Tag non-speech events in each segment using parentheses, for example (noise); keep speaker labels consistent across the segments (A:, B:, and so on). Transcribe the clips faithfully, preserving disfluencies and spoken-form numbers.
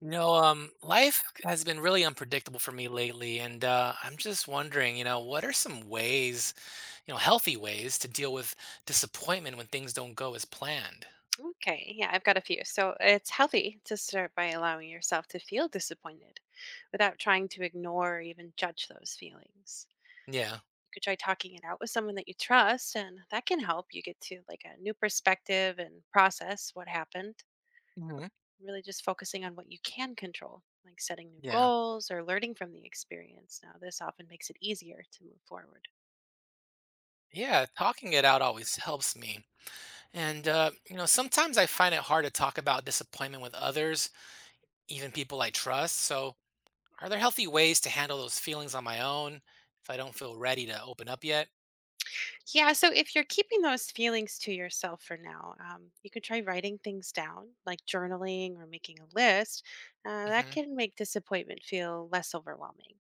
A: You know, um, life has been really unpredictable for me lately, and uh, I'm just wondering, you know, what are some ways, you know, healthy ways to deal with disappointment when things don't go as planned?
B: Okay, yeah, I've got a few. So it's healthy to start by allowing yourself to feel disappointed without trying to ignore or even judge those feelings.
A: Yeah.
B: You could try talking it out with someone that you trust, and that can help you get to like a new perspective and process what happened.
A: Hmm.
B: Really just focusing on what you can control, like setting new
A: Yeah.
B: goals or learning from the experience. Now, this often makes it easier to move forward.
A: Yeah, talking it out always helps me. And, uh, you know, sometimes I find it hard to talk about disappointment with others, even people I trust. So, are there healthy ways to handle those feelings on my own if I don't feel ready to open up yet?
B: Yeah, so if you're keeping those feelings to yourself for now, um, you could try writing things down, like journaling or making a list. Uh, that
A: Hmm.
B: can make disappointment feel less overwhelming.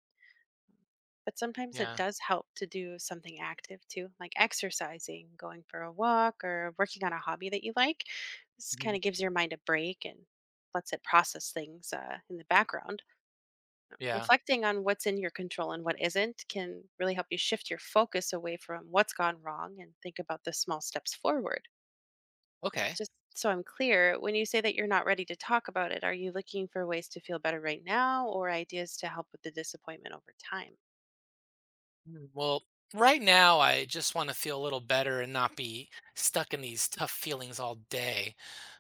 B: But sometimes it
A: Yeah.
B: does help to do something active too, like exercising, going for a walk, or working on a hobby that you like. This kind
A: Mhm.
B: of gives your mind a break and lets it process things uh, in the background.
A: Yeah.
B: Reflecting on what's in your control and what isn't can really help you shift your focus away from what's gone wrong and think about the small steps forward. Uh,
A: Okay.
B: Just so I'm clear, when you say that you're not ready to talk about it, are you looking for ways to feel better right now or ideas to help with the disappointment over time?
A: Mm. Well, right now, I just want to feel a little better and not be stuck in these tough feelings all day.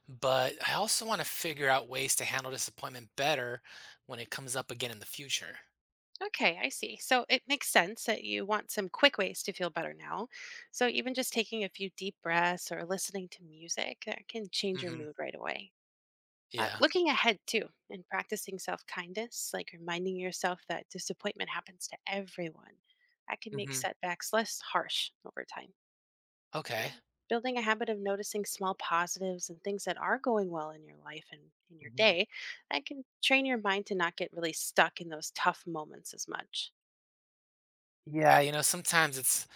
A: But I also want to figure out ways to handle disappointment better when it comes up again in the future.
B: Okay, I see. So it makes sense that you want some quick ways to feel better now. So even just taking a few deep breaths or listening to music, that can change your
A: Hmm.
B: mood right away. Uh,
A: Yeah.
B: looking ahead too and practicing self kindness, like reminding yourself that disappointment happens to everyone, that can make
A: Hmm.
B: setbacks less harsh over time.
A: Okay.
B: And building a habit of noticing small positives and things that are going well in your life and in your
A: Mhm.
B: day, that can train your mind to not get really stuck in those tough moments as much.
A: Yeah, you know, sometimes it's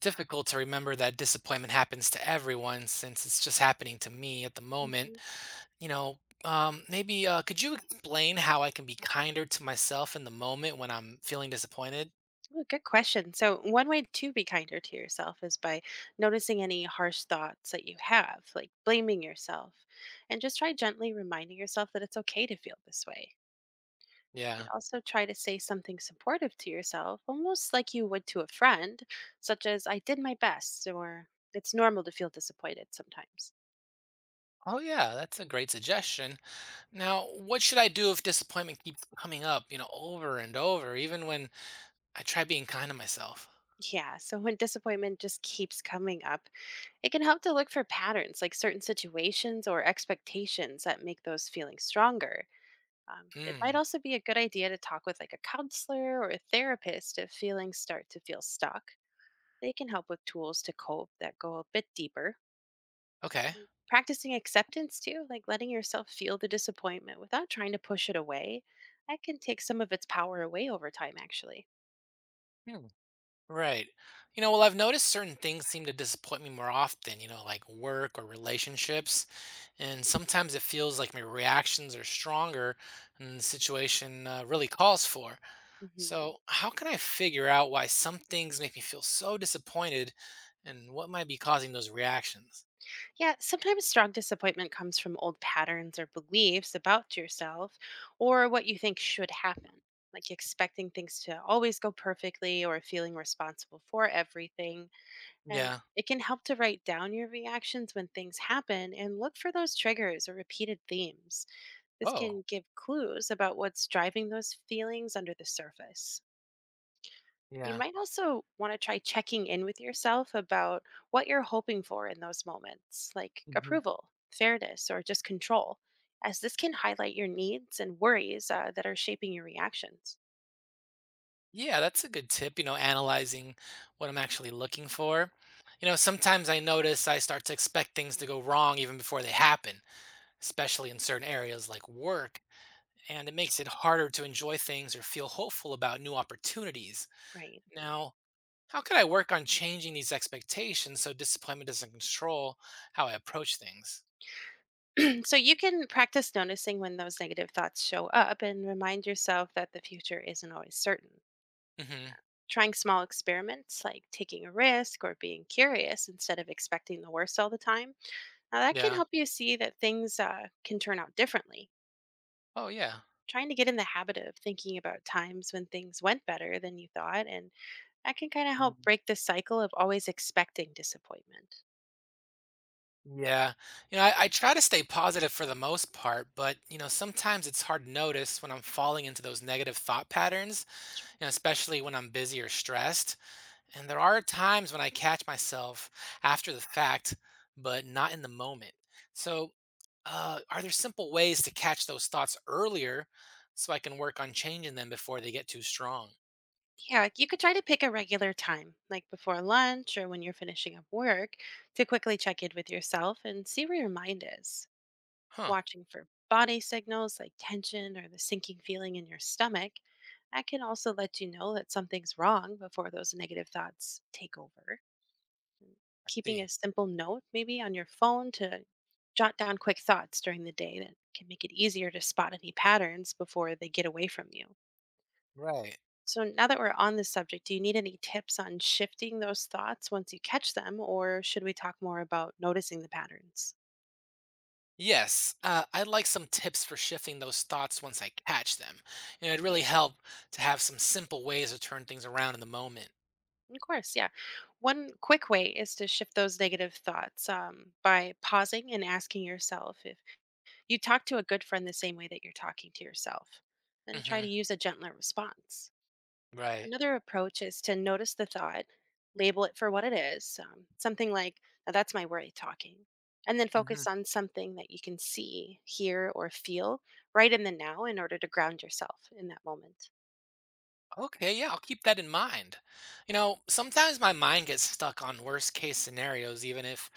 A: difficult to remember that disappointment happens to everyone since it's just happening to me at the moment.
B: Mhm.
A: You know, um, Maybe uh, could you explain how I can be kinder to myself in the moment when I'm feeling disappointed?
B: Ooh, good question. So, one way to be kinder to yourself is by noticing any harsh thoughts that you have, like blaming yourself, and just try gently reminding yourself that it's okay to feel this way. You
A: Yeah.
B: can also try to say something supportive to yourself, almost like you would to a friend, such as, I did my best, or it's normal to feel disappointed sometimes.
A: Oh yeah, that's a great suggestion. Now, what should I do if disappointment keeps coming up, you know, over and over, even when I try being kind to myself?
B: Yeah, so when disappointment just keeps coming up, it can help to look for patterns like certain situations or expectations that make those feelings stronger. Um, it might
A: Hmm.
B: also be a good idea to talk with like a counselor or a therapist if feelings start to feel stuck. They can help with tools to cope that go a bit deeper.
A: Okay.
B: Mm. Practicing acceptance too, like letting yourself feel the disappointment without trying to push it away, that can take some of its power away over time, actually.
A: Hmm. Right. You know, well, I've noticed certain things seem to disappoint me more often, you know, like work or relationships. And sometimes it feels like my reactions are stronger than the situation uh, really calls for.
B: Mhm.
A: So, how can I figure out why some things make me feel so disappointed and what might be causing those reactions?
B: Yeah, sometimes strong disappointment comes from old patterns or beliefs about yourself or what you think should happen, like expecting things to always go perfectly or feeling responsible for everything. And
A: Yeah.
B: it can help to write down your reactions when things happen and look for those triggers or repeated themes. This
A: Oh,
B: can give clues about what's driving those feelings under the surface. You
A: yeah.
B: might also want to try checking in with yourself about what you're hoping for in those moments, like
A: Hmm.
B: approval, fairness, or just control, as this can highlight your needs and worries uh, that are shaping your reactions.
A: Yeah, that's a good tip, you know, analyzing what I'm actually looking for. You know, sometimes I notice I start to expect things to go wrong even before they happen, especially in certain areas like work, and it makes it harder to enjoy things or feel hopeful about new opportunities.
B: Right.
A: Now, how could I work on changing these expectations so disappointment doesn't control how I approach things?
B: (clears throat) So you can practice noticing when those negative thoughts show up and remind yourself that the future isn't always certain.
A: Hmm.
B: Trying small experiments like taking a risk or being curious instead of expecting the worst all the time. Now, that can
A: Yeah.
B: help you see that things uh, can turn out differently.
A: Oh, yeah.
B: Trying to get in the habit of thinking about times when things went better than you thought, and that can kind of help
A: Mm-hmm.
B: break the cycle of always expecting disappointment.
A: Yeah. You know, I, I try to stay positive for the most part, but you know, sometimes it's hard to notice when I'm falling into those negative thought patterns, you know, especially when I'm busy or stressed. And there are times when I catch myself after the fact, but not in the moment. So, uh, are there simple ways to catch those thoughts earlier so I can work on changing them before they get too strong?
B: Yeah, like you could try to pick a regular time, like before lunch or when you're finishing up work, to quickly check in with yourself and see where your mind is.
A: Huh.
B: Watching for body signals like tension or the sinking feeling in your stomach, that can also let you know that something's wrong before those negative thoughts take over. um,
A: I
B: Keeping
A: see.
B: a simple note maybe on your phone to jot down quick thoughts during the day that can make it easier to spot any patterns before they get away from you.
A: Right.
B: So, now that we're on this subject, do you need any tips on shifting those thoughts once you catch them, or should we talk more about noticing the patterns?
A: Yes, uh, I'd like some tips for shifting those thoughts once I catch them. You know, it'd really help to have some simple ways to turn things around in the moment.
B: Of course, yeah. One quick way is to shift those negative thoughts um, by pausing and asking yourself if you talk to a good friend the same way that you're talking to yourself, and try to
A: Hmm.
B: use a gentler response.
A: Right.
B: Another approach is to notice the thought, label it for what it is, um, something like, now that's my worry talking, and then
A: Hmm.
B: focus on something that you can see, hear, or feel right in the now in order to ground yourself in that moment.
A: Okay, yeah, I'll keep that in mind. You know, sometimes my mind gets stuck on worst case scenarios, even if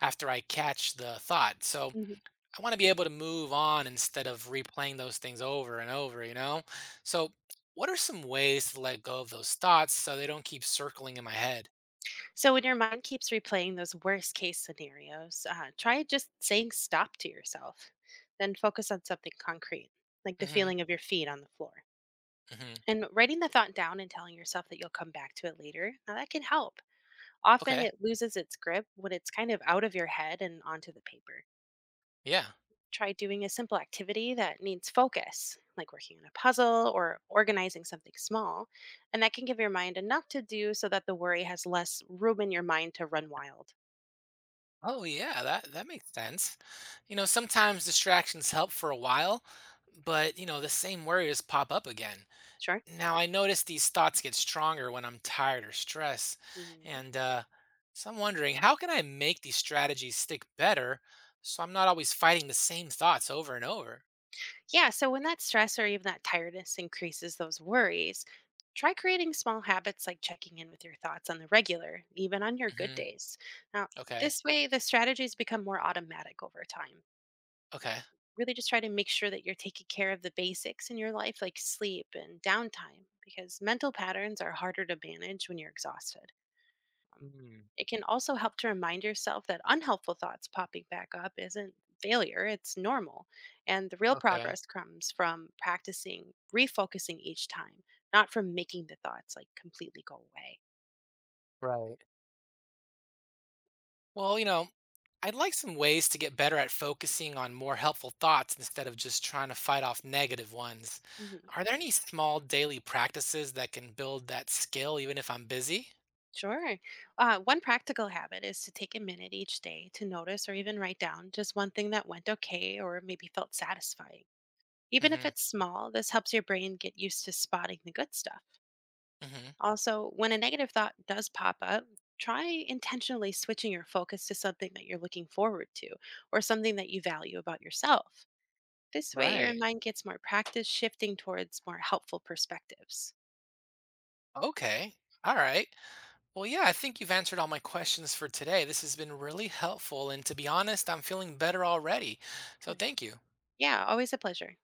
A: after I catch the thought. So
B: Mhm.
A: I want to be able to move on instead of replaying those things over and over, you know? So, what are some ways to let go of those thoughts so they don't keep circling in my head?
B: So when your mind keeps replaying those worst case scenarios, uh, try just saying stop to yourself, then focus on something concrete, like the
A: Hmm.
B: feeling of your feet on the floor.
A: Hmm.
B: And writing the thought down and telling yourself that you'll come back to it later, now that can help. Often
A: Okay.
B: it loses its grip when it's kind of out of your head and onto the paper.
A: Yeah.
B: Try doing a simple activity that needs focus, like working on a puzzle or organizing something small, and that can give your mind enough to do so that the worry has less room in your mind to run wild.
A: Oh yeah, that that makes sense. You know, sometimes distractions help for a while, but you know, the same worries pop up again.
B: Sure.
A: Now I notice these thoughts get stronger when I'm tired or stressed.
B: Hmm.
A: And uh so I'm wondering, how can I make these strategies stick better so I'm not always fighting the same thoughts over and over?
B: Yeah, so when that stress or even that tiredness increases those worries, try creating small habits like checking in with your thoughts on the regular, even on your good
A: Hmm.
B: days. Now,
A: Okay.
B: this way, the strategies become more automatic over time.
A: Okay.
B: Really just try to make sure that you're taking care of the basics in your life, like sleep and downtime, because mental patterns are harder to manage when you're exhausted. Um,
A: Mm,
B: it can also help to remind yourself that unhelpful thoughts popping back up isn't failure, it's normal. And the real
A: okay.
B: progress comes from practicing refocusing each time, not from making the thoughts like completely go away.
A: Right. Well, you know, I'd like some ways to get better at focusing on more helpful thoughts instead of just trying to fight off negative ones.
B: Mhm.
A: Are there any small daily practices that can build that skill even if I'm busy?
B: Sure. Uh, one practical habit is to take a minute each day to notice or even write down just one thing that went okay or maybe felt satisfying. Even if
A: Hmm.
B: it's small, this helps your brain get used to spotting the good stuff.
A: Hmm.
B: Also, when a negative thought does pop up, try intentionally switching your focus to something that you're looking forward to or something that you value about yourself. This way, your
A: Right.
B: mind gets more practice shifting towards more helpful perspectives.
A: Okay. All right. Well, yeah, I think you've answered all my questions for today. This has been really helpful, and to be honest, I'm feeling better already. So
B: Good.
A: thank you.
B: Yeah, always a pleasure.